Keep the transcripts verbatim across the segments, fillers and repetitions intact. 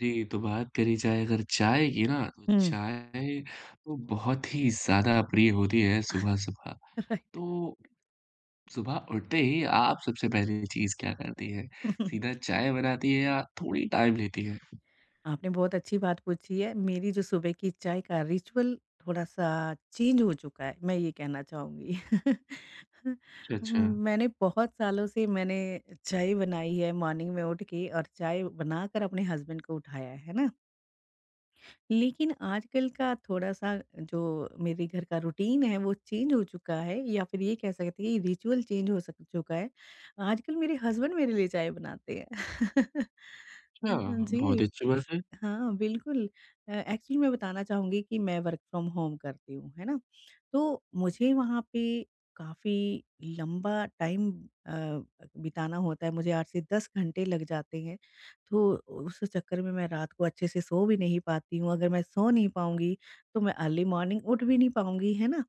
जी, तो बात करी जाए अगर चाय की ना, तो हुँ। चाय तो बहुत ही ज़्यादा प्रिय होती है सुबह-सुबह। राइट। तो सुबह उठते ही आप सबसे पहली चीज़ क्या करती हैं? सीधा चाय बनाती है या थोड़ी टाइम लेती है? आपने बहुत अच्छी बात पूछी है। मेरी जो सुबह की चाय का रिचुअल थोड़ा-सा चेंज हो चुका है, मैं ये कहना चाहूँगी। अच्छा, अच्छा। मैंने बहुत सालों से मैंने चाय बनाई है मॉर्निंग में उठ के और चाय बनाकर अपने हस्बैंड को उठाया है ना। लेकिन आजकल का थोड़ा-सा जो मेरे घर का रूटीन है वो चेंज हो चुका है या फिर ये कह सकते हैं कि रिचुअल चेंज हो सक चुका है। आजकल मेरे हस्बैंड मेरे लिए चाय बनाते हैं। अच्छा, जी। बहुत ही अच्छी बात है। हाँ, बिल्कुल। अ, एक्चुअली मैं बताना चाहूँगी कि मैं वर्क फ्रॉम होम करती हूँ, है ना? तो मुझे वहाँ पे काफ़ी लंबा टाइम अ, बिताना होता है, मुझे आठ से दस घंटे लग जाते हैं। तो उस चक्कर में मैं रात को अच्छे से सो भी नहीं पाती हूँ, अगर मैं सो नहीं पाऊँगी, तो मैं अर्ली मॉर्निंग उठ भी नहीं पाऊँगी, है ना?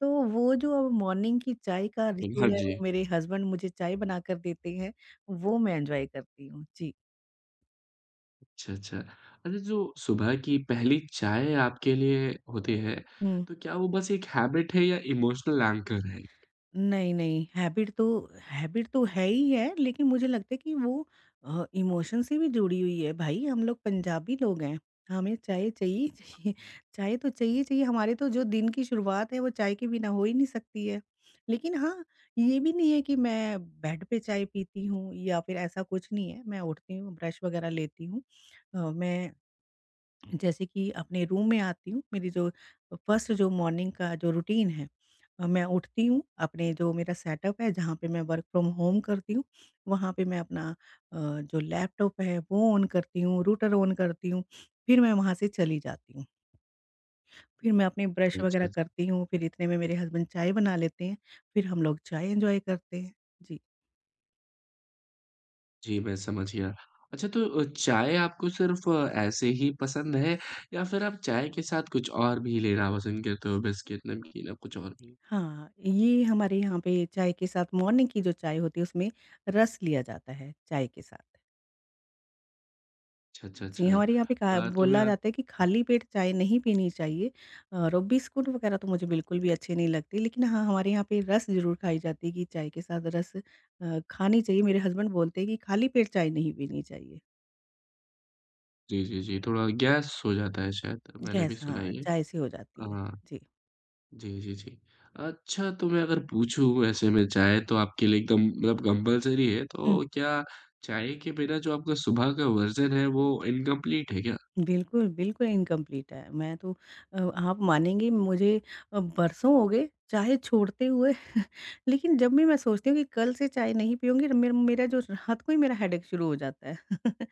तो वो जो अब मॉर्निंग की चाय का हाँ रिचुअल है, वो जी। मेरे हस्बैंड मुझे चाय बनाकर देते हैं, वो मैं एन्जॉय करती हूँ। जी। अच्छा, अच्छा। अच्छा जो सुबह की पहली चाय आपके लिए होती है, तो क्या वो बस एक हैबिट है या इमोशनल एंकर है? नहीं, नहीं, हैबिट तो हैबिट तो है ही है, लेकिन मुझे लगता है कि वो अ, इमोशन से भी जुड़ी हुई है भाई, हम लोग पंजाबी लोग हैं, हमें चाय चाहिए ही चाहिए, चाय तो चाहिए ही चाहिए, हमारे तो जो दिन की शुरुआत है वो चाय के बिना हो ही नहीं सकती है। लेकिन हाँ, ये भी नहीं है कि मैं बेड पे चाय पीती हूँ या फिर ऐसा कुछ नहीं है, मैं उठती हूँ, ब्रश वगैरह लेती हूँ अ, मैं जैसे कि अपने रूम में आती हूँ, मेरी जो फर्स्ट जो मॉर्निंग का जो रूटीन है अ, मैं उठती हूँ, अपने जो मेरा सेटअप है जहाँ पे मैं वर्क फ्रॉम होम करती हूँ, वहाँ पे मैं अपना अ, जो लैपटॉप है वो ऑन करती हूँ, रूटर ऑन करती हूँ, फिर मैं वहाँ से चली जाती हूँ। फिर मैं अपने ब्रश अच्छा, वगैरह अच्छा, करती हूँ, फिर इतने में मेरे हस्बैंड चाय बना लेते हैं, फिर हम लोग चाय एन्जॉय करते हैं। जी। जी, मैं समझ गया। अच्छा तो अ, चाय आपको सिर्फ़ ऐसे ही पसंद है या फिर आप चाय के साथ कुछ और भी लेना पसंद करते हो? बिस्किट, नमकीन या कुछ और भी? हाँ, ये हमारे यहाँ पे चाय के साथ मॉर्निंग की जो चाय होती है उसमें रस लिया जाता है, चाय के साथ। अच्छा, अच्छा, जी, अच्छा। हमारे यहाँ पे कहा अ, तो मैं बोला आप जाता है कि खाली पेट चाय नहीं पीनी चाहिए और बिस्कुट वगैरह तो मुझे बिल्कुल भी अच्छे नहीं लगते। लेकिन हाँ, हमारे यहाँ पे रस ज़रूर खाई जाती है कि चाय के साथ रस अ, खानी चाहिए। मेरे हस्बैंड बोलते हैं कि खाली पेट चाय नहीं पीनी चाहिए। जी, जी, जी, थोड़ा गैस हो जाता है शायद, तो मैंने भी गैस सुना है हाँ, ये। चाय से हो जाती है। हाँ, जी। जी, जी, जी। अच्छा तो मैं अगर पूछूँ ऐसे में चाय तो आपके लिए एकदम मतलब कंपल्सरी है, हुँ, तो क्या चाय के बिना जो आपका सुबह का वर्ज़न है वो इनकम्प्लीट है क्या? बिल्कुल, बिल्कुल इनकम्प्लीट है। मैं तो अ, आप मानेंगी मुझे अ, बरसों हो गए चाय छोड़ते हुए लेकिन जब भी मैं सोचती हूँ कि कल से चाय नहीं पीऊँगी मेर मेरा जो रात को ही मेरा हेडेक शुरू हो जाता है।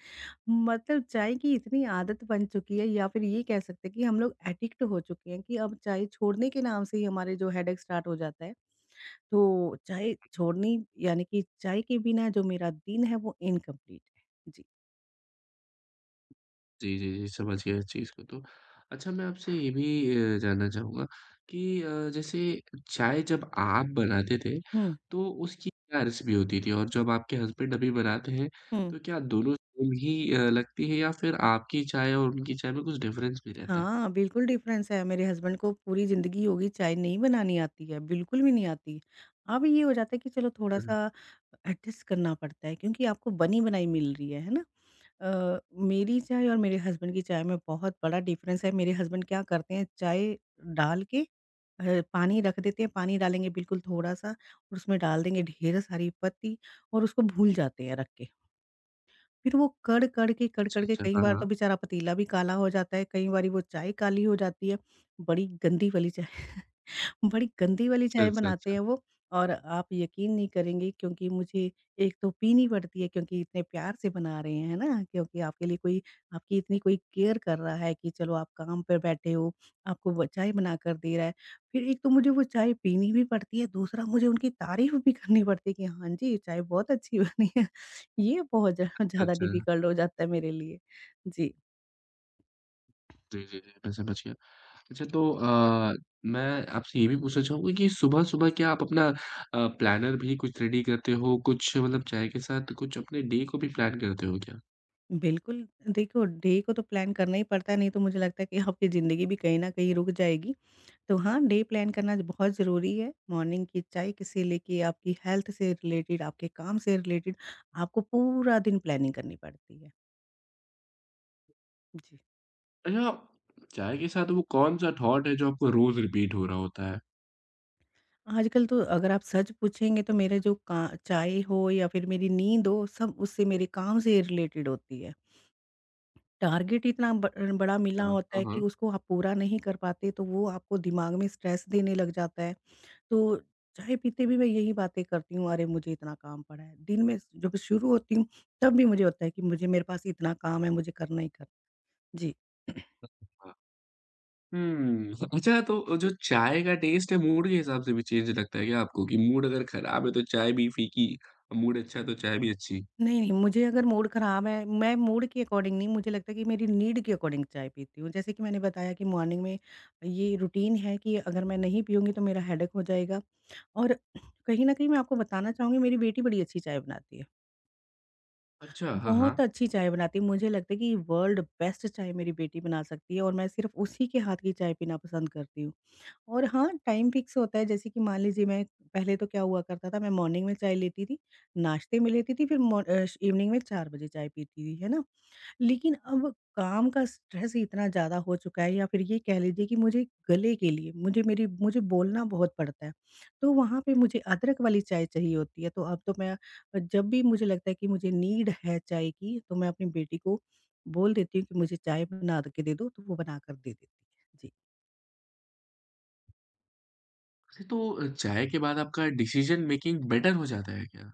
मतलब चाय की इतनी आदत बन चुकी है या फिर ये कह सकते हैं कि हम लोग एडिक्ट हो चुके हैं कि अब चाय छोड़ने के नाम से ही हमारे जो हेडेक स्टार्ट हो जाता है। तो चाय छोड़नी यानी कि चाय के बिना जो मेरा दिन है वो इनकम्प्लीट है। जी। जी, जी, जी, समझ गया इस चीज़ को तो। अच्छा मैं आपसे ये भी अ, जानना चाहूँगा कि अ, जैसे चाय जब आप बनाते थे, हुँ, तो उसकी क्या रेसिपी होती थी? और जब आपके हस्बैंड अभी बनाते हैं, हुँ। तो क्या दोनों सेम ही अ, लगती है या फिर आपकी चाय और उनकी चाय में कुछ डिफ़रेंस भी रहता है? हाँ, बिल्कुल डिफ़रेंस है, मेरे हस्बैंड को पूरी ज़िंदगी होगी चाय नहीं बनानी आती है, बिल्कुल भी नहीं आती। अब ये हो जाता है कि चलो हुँ, थोड़ा-सा हुँ। एडजस्ट करना पड़ता है क्योंकि आपको बनी-बनाई मिल रही है, है ना? अ, मेरी चाय और मेरे हस्बैंड की चाय में बहुत बड़ा डिफ़रेंस है, मेरे हस्बैंड क्या करते हैं चाय डाल के अ, पानी रख देते हैं, पानी डालेंगे बिल्कुल थोड़ा-सा और उसमें डाल देंगे ढेर सारी पत्ती और उसको भूल जाते हैं रख के। फिर वो कड़ कड़ के कड़ अच्छा, कड़ के अच्छा। कई हाँ, बार तो हाँ। बेचारा पतीला भी काला हो जाता है, कई बारी वो चाय काली हो जाती है, बड़ी गंदी वाली चाय। बड़ी गंदी वाली अच्छा, चाय अच्छा, बनाते अच्छा। हैं वो और आप यकीन नहीं करेंगे क्योंकि मुझे एक तो पीनी पड़ती है क्योंकि इतने प्यार से बना रहे हैं, है ना? क्योंकि आपके लिए कोई आपकी इतनी कोई केयर कर रहा है कि चलो आप काम पे बैठे हो, आपको वो चाय बना कर दे रहा है। फिर एक तो मुझे वो चाय पीनी भी पड़ती है, दूसरा मुझे उनकी तारीफ़ भी करनी पड़ती है कि हाँ जी, ये चाय बहुत अच्छी बनी है। ये बहुत ज़्या ज़्यादा अच्छा। डिफ़िकल्ट हो जाता है मेरे लिए। जी। जी, जी, जी, मैं समझ गया। अच्छा तो अ, मैं आपसे ये भी पूछना चाहूँगा कि सुबह-सुबह क्या आप अपना अ, प्लानर भी कुछ रेडी करते हो? कुछ मतलब चाय के साथ कुछ अपने डे को भी प्लान करते हो क्या? बिल्कुल, देखो डे को तो प्लान करना ही पड़ता है, नहीं तो मुझे लगता है कि आपकी ज़िंदगी भी कहीं न कहीं रुक जाएगी। तो हाँ, डे प्लान करना बहुत ज़रूरी है। मॉर्निंग की चाय क से लेके आपकी हेल्थ से रिलेटेड, आपके काम से रिलेटेड आपको पूरा दिन प्लानिंग करनी पड़ती है। जी। अच्छा, चाय के साथ वो कौन-सा थॉट है जो आपको रोज़ रिपीट हो रहा होता है? आजकल तो अगर आप सच पूछेंगे तो मेरा जो का चाय हो या फिर मेरी नींद हो, सब उससे मेरे काम से रिलेटेड होती है। टारगेट इतना ब बड़ा मिला हाँ, होता हाँ, है कि हाँ, उसको आप पूरा नहीं कर पाते, तो वो आपको दिमाग में स्ट्रेस देने लग जाता है। तो चाय पीते भी मैं यही बातें करती हूँ, अरे मुझे इतना काम पड़ा है। दिन में जब शुरू होती हूँ तब भी मुझे होता है कि मुझे मेरे पास इतना काम है मुझे करना ही करना जी। हाँ। हुँ, अच्छा तो जो चाय का टेस्ट है मूड के हिसाब से भी चेंज लगता है क्या आपको कि मूड अगर खराब है तो चाय भी फीकी, मूड अच्छा है तो चाय भी अच्छी? नहीं, नहीं मुझे अगर मूड ख़राब है मैं मूड के अकॉर्डिंग नहीं मुझे लगता है कि मेरी नीड के अकॉर्डिंग चाय पीती हूँ। जैसे कि मैंने बताया कि मॉर्निंग में ये रूटीन है कि अगर मैं नहीं पीऊँगी तो मेरा हेडेक हो जाएगा और कहीं न कहीं मैं आपको बताना चाहूँगी मेरी बेटी बड़ी अच्छी चाय बनाती है। अच्छा, हाँ, बहुत हाँ। अच्छी चाय बनाती है, मुझे लगता है कि वर्ल्ड बेस्ट चाय मेरी बेटी बना सकती है और मैं सिर्फ़ उसी के हाथ की चाय पीना पसंद करती हूँ। और हाँ, टाइम फ़िक्स होता है जैसे कि मान लीजिए मैं पहले तो क्या हुआ करता था मैं मॉर्निंग में चाय लेती थी, नाश्ते में लेती थी फिर मॉ अ, श इवनिंग में चार बजे चाय पीती थी, है ना? लेकिन अब काम का स्ट्रेस इतना ज़्यादा हो चुका है या फिर ये कह लीजिए कि मुझे गले के लिए मुझे मेरी मुझे बोलना बहुत पड़ता है। तो वहाँ पे मुझे अदरक वाली चाय चाहिए होती है, तो अब तो मैं जब भी मुझे लगता है कि मुझे नीड है चाय की, तो मैं अपनी बेटी को बोल देती हूँ कि मुझे चाय बना के दे दो, तो वो बना कर दे देती है। जी। अच्छा, तो अ, चाय के बाद आपका डिसीजन मेकिंग बेटर हो जाता है क्या?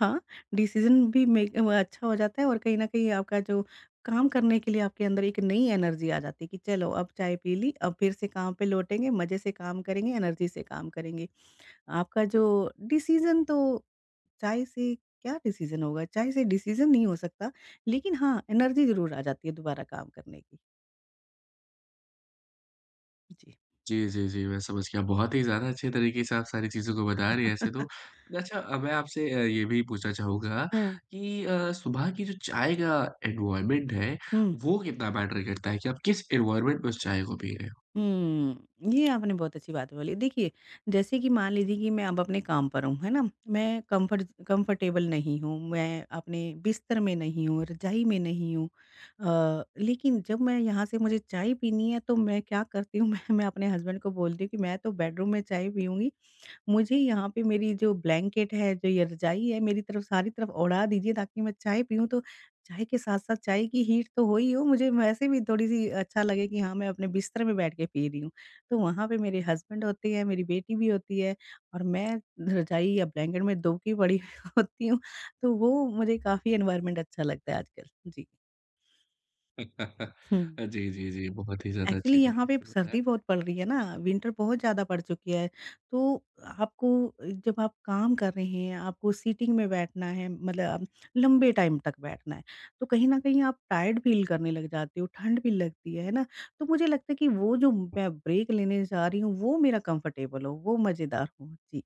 हाँ, डिसीज़न भी मेक वो अच्छा हो जाता है और कहीं न कहीं आपका जो काम करने के लिए आपके अंदर एक नई एनर्जी आ जाती है कि चलो अब चाय पी ली, अब फिर से काम पे लौटेंगे, मज़े से काम करेंगे, एनर्जी से काम करेंगे। आपका जो डिसीज़न तो चाय से क्या डिसीज़न होगा? चाय से डिसीज़न नहीं हो सकता, लेकिन हाँ, एनर्जी ज़रूर आ जाती है दोबारा काम करने की। जी। जी, जी, जी, मैं समझ गया। बहुत ही ज़्यादा अच्छे तरीके से आप सारी चीज़ों को बता रहे हैं ऐसे तो। अच्छा अ, मैं आपसे अ, ये भी पूछना चाहूँगा हाँ। कि अ, सुबह की जो चाय का एनवायरनमेंट है, हुँ। वो कितना मैटर करता है कि आप किस एनवायरनमेंट में उस चाय को पी रहे हो? हुँ, ये आपने बहुत अच्छी बात बोली। देखिए, जैसे कि मान लीजिए कि मैं अब अपने काम पर हूँ, है ना? मैं कम्फ़र्ट कम्फ़र्टेबल नहीं हूँ, मैं अपने बिस्तर में नहीं हूँ, रज़ाई में नहीं हूँ। अ, लेकिन जब मैं यहाँ से मुझे चाय पीनी है, तो मैं क्या करती हूँ, मैं मैं अपने हस्बैंड को बोलती हूँ कि मैं तो बेडरूम में चाय पीऊँगी। मुझे यहाँ पे मेरी जो ब्लैंकेट है, जो ये रज़ाई है, मेरी तरफ सारी तरफ ओढ़ा दीजिए ताकि मैं चाय पीऊँ तो चाय के साथ-साथ चाय की हीट तो हो ही हो, मुझे वैसे भी थोड़ी-सी अच्छा लगे कि हाँ, मैं अपने बिस्तर में बैठ के पी रही हूँ। तो वहाँ पे मेरे हस्बैंड होते हैं, मेरी बेटी भी होती है और मैं रज़ाई या ब्लैंकेट में दबकी पड़ी होती हूँ, तो वो मुझे काफ़ी एनवायरनमेंट अच्छा लगता है आजकल। जी। हुँ। अ, जी, जी, जी, बहुत ही ज़्यादा एक्चुअली अच्छे यहाँ तरीके पे से बताया। सर्दी बहुत पड़ रही है ना, विंटर बहुत ज़्यादा पड़ चुकी है। तो आपको जब आप काम कर रहे हैं, आपको सीटिंग में बैठना है, मतलब लंबे टाइम तक बैठना है, तो कहीं न कहीं आप टायर्ड फ़ील करने लग जाते हो, ठंड भी लगती है, है ना? तो मुझे लगता है कि वो जो मैं ब्रेक लेने जा रही हूँ, वो मेरा कम्फ़र्टेबल हो, वो मज़ेदार हो। जी।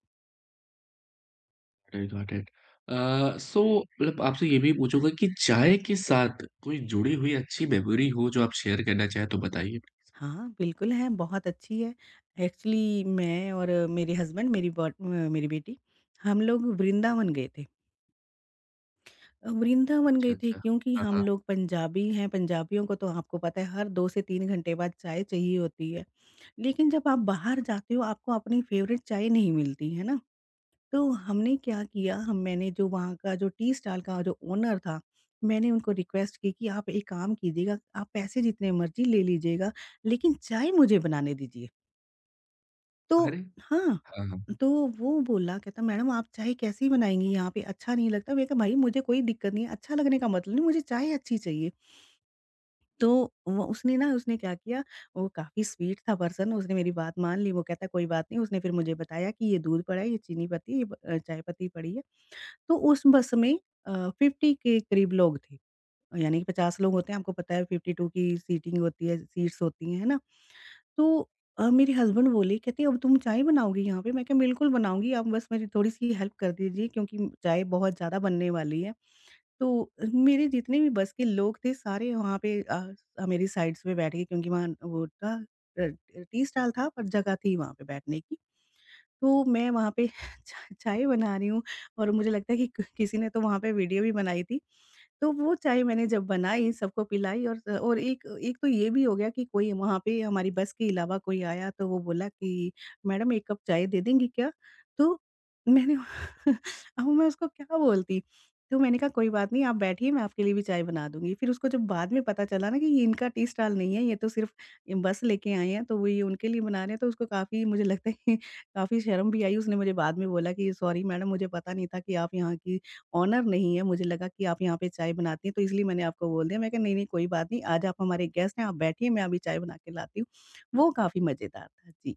I got it. अ, सो मतलब आपसे ये भी पूछूँगा कि चाय के साथ कोई जुड़ी हुई अच्छी मेमोरी हो जो आप शेयर करना चाहें तो बताइए? हाँ, बिल्कुल है, बहुत अच्छी है। एक्चुअली मैं और मेरे हस्बैंड, मेरी बॉट अ, मेरी बेटी, हम लोग वृंदावन गए थे। अ, वृंदावन अच्छा, गए थे अच्छा। क्योंकि हाँ, हम हाँ। लोग पंजाबी हैं, पंजाबियों को तो आपको पता है हर दो से तीन घंटे बाद चाय चाहिए होती है। लेकिन जब आप बाहर जाते हो आपको अपनी फ़ेवरेट चाय नहीं मिलती, है ना? तो हमने क्या किया हम मैंने जो वहाँ का जो टी स्टाल का जो ओनर था, मैंने उनको रिक्वेस्ट की कि आप एक काम कीजिएगा, आप पैसे जितने मर्ज़ी ले लीजिएगा, लेकिन चाय मुझे बनाने दीजिए। तो अरे! हाँ, हाँ, हाँ। तो वो बोला कहता मैडम आप चाय कैसी बनाएँगी यहाँ पे अच्छा नहीं लगता? मैंने कहा भाई मुझे कोई दिक्कत नहीं है, अच्छा लगने का मतलब नहीं मुझे चाय अच्छी चाहिए। तो वो उसने ना उसने क्या किया, वो काफ़ी स्वीट था पर्सन, उसने मेरी बात मान ली। वो कहता कोई बात नहीं, उसने फिर मुझे बताया कि ये दूध पड़ा है, ये चीनी पत्ती, ये ब अ, चाय पत्ती पड़ी है। तो उस बस में अ, पचास के करीब लोग थे। यानी कि पचास लोग होते हैं, आपको पता है बावन की सीटिंग होती है, सीट्स होती हैं, है ना? तो अ, मेरे हस्बैंड बोले, कहते अब तुम चाय बनाओगी यहाँ पे? मैं कहा बिल्कुल बनाऊँगी, आप बस मेरी थोड़ी-सी हेल्प कर दीजिए क्योंकि चाय बहुत ज़्यादा बनने वाली है। तो मेरे जितने भी बस के लोग थे सारे वहाँ पे अ, मेरी साइड्स में बैठ गए क्योंकि वहाँ वो था अ, टी स्टाल था, पर जगह थी वहाँ पे बैठने की। तो मैं वहाँ पे चा चाय बना रही हूँ और मुझे लगता है कि क किसी ने तो वहाँ पे वीडियो भी बनाई थी। तो वो चाय मैंने जब बनाई, सबको पिलाई और अ, और एक, एक तो ये भी हो गया कि कोई वहाँ पे हमारी बस के अलावा कोई आया, तो वो बोला कि, "मैडम एक कप चाय दे देंगी क्या?" तो मैंने अब मैं उसको क्या बोलती? तो मैंने कहा, "कोई बात नहीं, आप बैठिए, मैं आपके लिए भी चाय बना दूँगी।" फिर उसको जब बाद में पता चला ना कि ये इनका टी स्टाल नहीं है, ये तो सिर्फ़ ये बस लेके आए हैं, तो वो ये उनके लिए बना रहे हैं, तो उसको काफ़ी, मुझे लगता है काफ़ी शर्म भी आई। उसने मुझे बाद में बोला कि, "सॉरी मैडम, मुझे पता नहीं था कि आप यहाँ की ऑनर नहीं है, मुझे लगा कि आप यहाँ पे चाय बनाती हैं, तो इसलिए मैंने आपको बोल दिया। मैं कहा, "नहीं, नहीं, कोई बात नहीं, आज आप हमारे गेस्ट हैं, आप बैठिए, मैं अभी चाय बना के लाती हूँ।" वो काफ़ी मज़ेदार था। जी।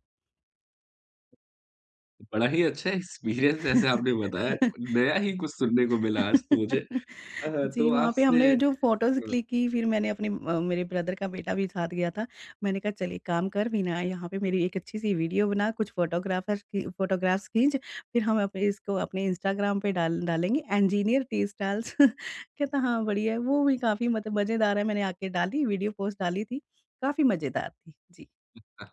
बड़ा ही अच्छा एक्सपीरियंस जैसे आपने बताया, नया ही कुछ सुनने को मिला आज तो मुझे। अ, जी, तो वहाँ पे आपसे हमने जो फ़ोटोज़ हुँ, क्लिक की, फिर मैंने अपने अ, मेरे ब्रदर का बेटा भी साथ गया था। मैंने कहा चल एक काम कर वीना, यहाँ पे मेरी एक अच्छी-सी वीडियो बना, कुछ फ़ोटोग्राफ़र्स की फ़ोटोग्राफ़्स खींच, फिर हम अपने इसको अपने इंस्टाग्राम पे डाल डालेंगे इंजीनियर टी स्टाइल्स। कहता हाँ, बढ़िया है। वो भी काफ़ी मतलब मज़ेदार है, मैंने आके डाली, वीडियो पोस्ट डाली थी। काफ़ी मज़ेदार थी। जी। अ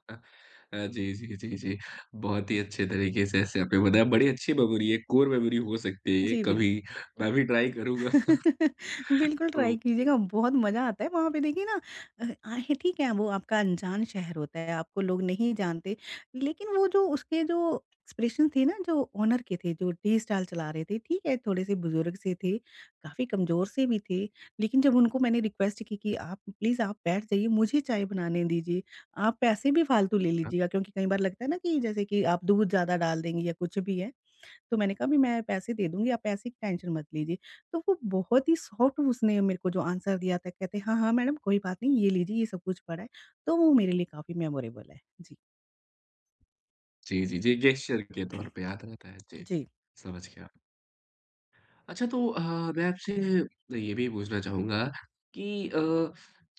अ, जी, जी, जी, जी। बहुत ही अच्छे तरीके से ऐसे आपने बताया, बड़ी अच्छी मेमोरी है, कोर मेमोरी हो सकती है ये, जी, कभी बिल्कुल। मैं भी ट्राई करूँगा बिल्कुल ट्राई तो कीजिएगा, बहुत मज़ा आता है। वहाँ पे देखिए ना, अ, आ- है ठीक है, वो आपका अनजान शहर होता है, आपको लोग नहीं जानते, लेकिन वो जो उसके जो एक्सप्रेशन थे ना, जो ओनर के थे, जो टी स्टाल चला रहे थे, ठीक है थोड़े-से बुज़ुर्ग से थे, काफ़ी कमज़ोर से भी थे, लेकिन जब उनको मैंने रिक्वेस्ट की कि आप प्लीज़ आप बैठ जाइए, मुझे चाय बनाने दीजिए, आप पैसे भी फालतू ले हाँ, लीजिएगा, क्योंकि कई बार लगता है ना कि जैसे कि आप दूध ज़्यादा डाल देंगी या कुछ भी है। तो मैंने कहा भी मैं पैसे दे दूँगी, आप पैसे की टेंशन मत लीजिए। तो वो बहुत ही सॉफ्ट, उसने मेरे को जो आंसर दिया था, कहते हाँ, हाँ मैडम कोई बात नहीं, ये लीजिए ये सब कुछ पड़ा है। तो वो मेरे लिए काफ़ी मेमोरेबल है। जी। जी, जी, जी, गेस्चर के तौर पे याद रहता है। जी, जी। समझ गया। अच्छा तो अ, मैं आपसे ये भी पूछना चाहूँगा कि अ,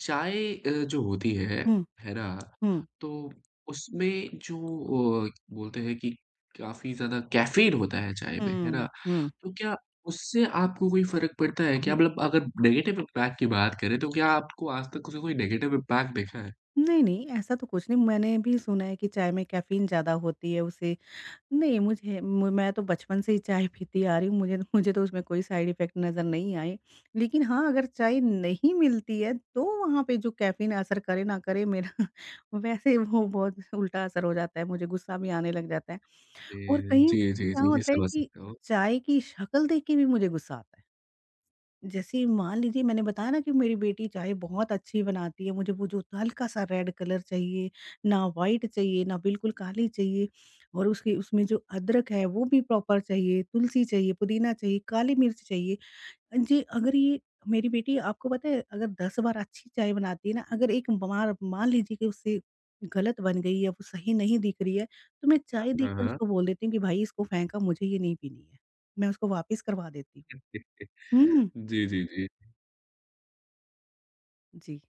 चाय अ, जो होती है, हुँ, है ना? हुँ, तो उसमें जो अ, बोलते हैं कि काफ़ी ज़्यादा कैफ़ीन होता है चाय में, है ना? हुँ, हुँ। तो क्या उससे आपको कोई फ़र्क पड़ता है क्या? हुँ। मतलब अगर नेगेटिव इम्पैक्ट की बात करें तो क्या आपको आज तक उसका कोई नेगेटिव इम्पैक्ट देखा है? नहीं, नहीं ऐसा तो कुछ नहीं, मैंने भी सुना है कि चाय में कैफ़ीन ज़्यादा होती है, उससे नहीं। मुझे म मैं तो बचपन से ही चाय पीती आ रही हूँ, मुझे मुझे तो उसमें कोई साइड इफ़ेक्ट नज़र नहीं आए। लेकिन हाँ, अगर चाय नहीं मिलती है, तो वहाँ पे जो कैफ़ीन असर करे ना करे मेरा वैसे वो बहुत उल्टा असर हो जाता है, मुझे गुस्सा भी आने लग जाता है। जी, और कहीं जी, जी, क्या जी, जी, होता है समझ कि सकता हूँ। चाय की शक्ल देख के भी मुझे गुस्सा आता है। जैसे ही, मान लीजिए, मैंने बताया ना कि मेरी बेटी चाय बहुत अच्छी बनाती है, मुझे वो जो हल्का सा रेड कलर चाहिए, ना व्हाइट चाहिए, ना बिल्कुल काली चाहिए, और उसकी उसमें जो अदरक है वो भी प्रॉपर चाहिए, तुलसी चाहिए, पुदीना चाहिए, काली मिर्च चाहिए। जी, अगर ये मेरी बेटी, आपको पता है, अगर दस बार अच्छी चाय बनाती है ना, अगर एक बार मान लीजिए कि उससे गलत बन गई है, वो सही नहीं दिख रही है, तो मैं चाय हाँ, देखकर हाँ। उसको बोल देती हूँ कि भाई इसको फेंका, मुझे ये नहीं पीनी है। मैं उसको वापस करवा देती हूँ। हुँ, जी, जी, जी। जी।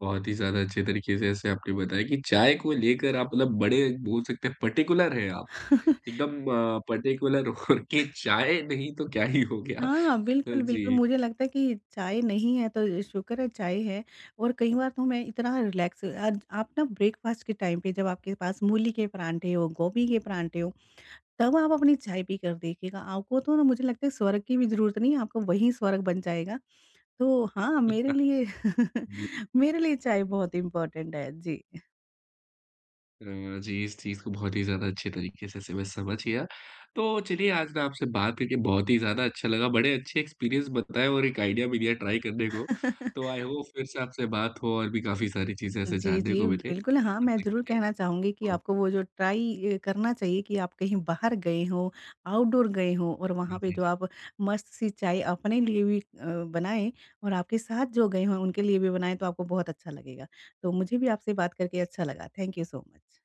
बहुत ही ज़्यादा अच्छे तरीके से ऐसे आपने बताया कि चाय को लेकर आप मतलब बड़े बोल सकते हैं पर्टिकुलर हैं आप। एकदम अ, पर्टिकुलर हो के चाय नहीं तो क्या ही हो गया। हाँ, अ, बिल्कुल, बिल्कुल, जी। मुझे लगता है कि चाय नहीं है तो शुक्र है चाय है। और कई बार तो मैं इतना रिलैक्स, आज आप ना ब्रेकफ़ास्ट के टाइम पे जब आपके पास मूली के परांठे हो, गोभी के परांठे हो, तब आप अपनी चाय पीकर देखिएगा, आपको तो ना, मुझे लगता है स्वर्ग की भी ज़रूरत नहीं है, आपका वही स्वर्ग बन जाएगा। तो हाँ, मेरे लिए जी। मेरे लिए चाय बहुत इम्पोर्टेंट है। जी। अ, जी, इस चीज़ को बहुत ही ज़्यादा अच्छे तरीके से ऐसे मैं समझ गया। तो चलिए आज ना आपसे बात करके बहुत ही ज़्यादा अच्छा लगा। बड़े अच्छे एक्सपीरियंस बताए और एक आइडिया भी दिया ट्राई करने को। तो आई होप फिर से आपसे बात हो और भी काफ़ी सारी चीज़ें ऐसे जी, जानने जी, को मिले। बिल्कुल। हाँ, तब मैं तक ज़रूर के लिए कहना चाहूँगी कि बहुत आपको वो जो ट्राई अ, करना चाहिए कि आप कहीं बाहर गए हों, आउटडोर गए हों, और वहाँ हाँ पे जो जी। आप मस्त सी चाय अपने लिए भी अ, बनाएँ, और आपके साथ जो गए हों, उनके लिए भी बनाएँ, तो आपको बहुत अच्छा लगेगा। तो मुझे भी आपसे बात करके अच्छा लगा। Thank you so much.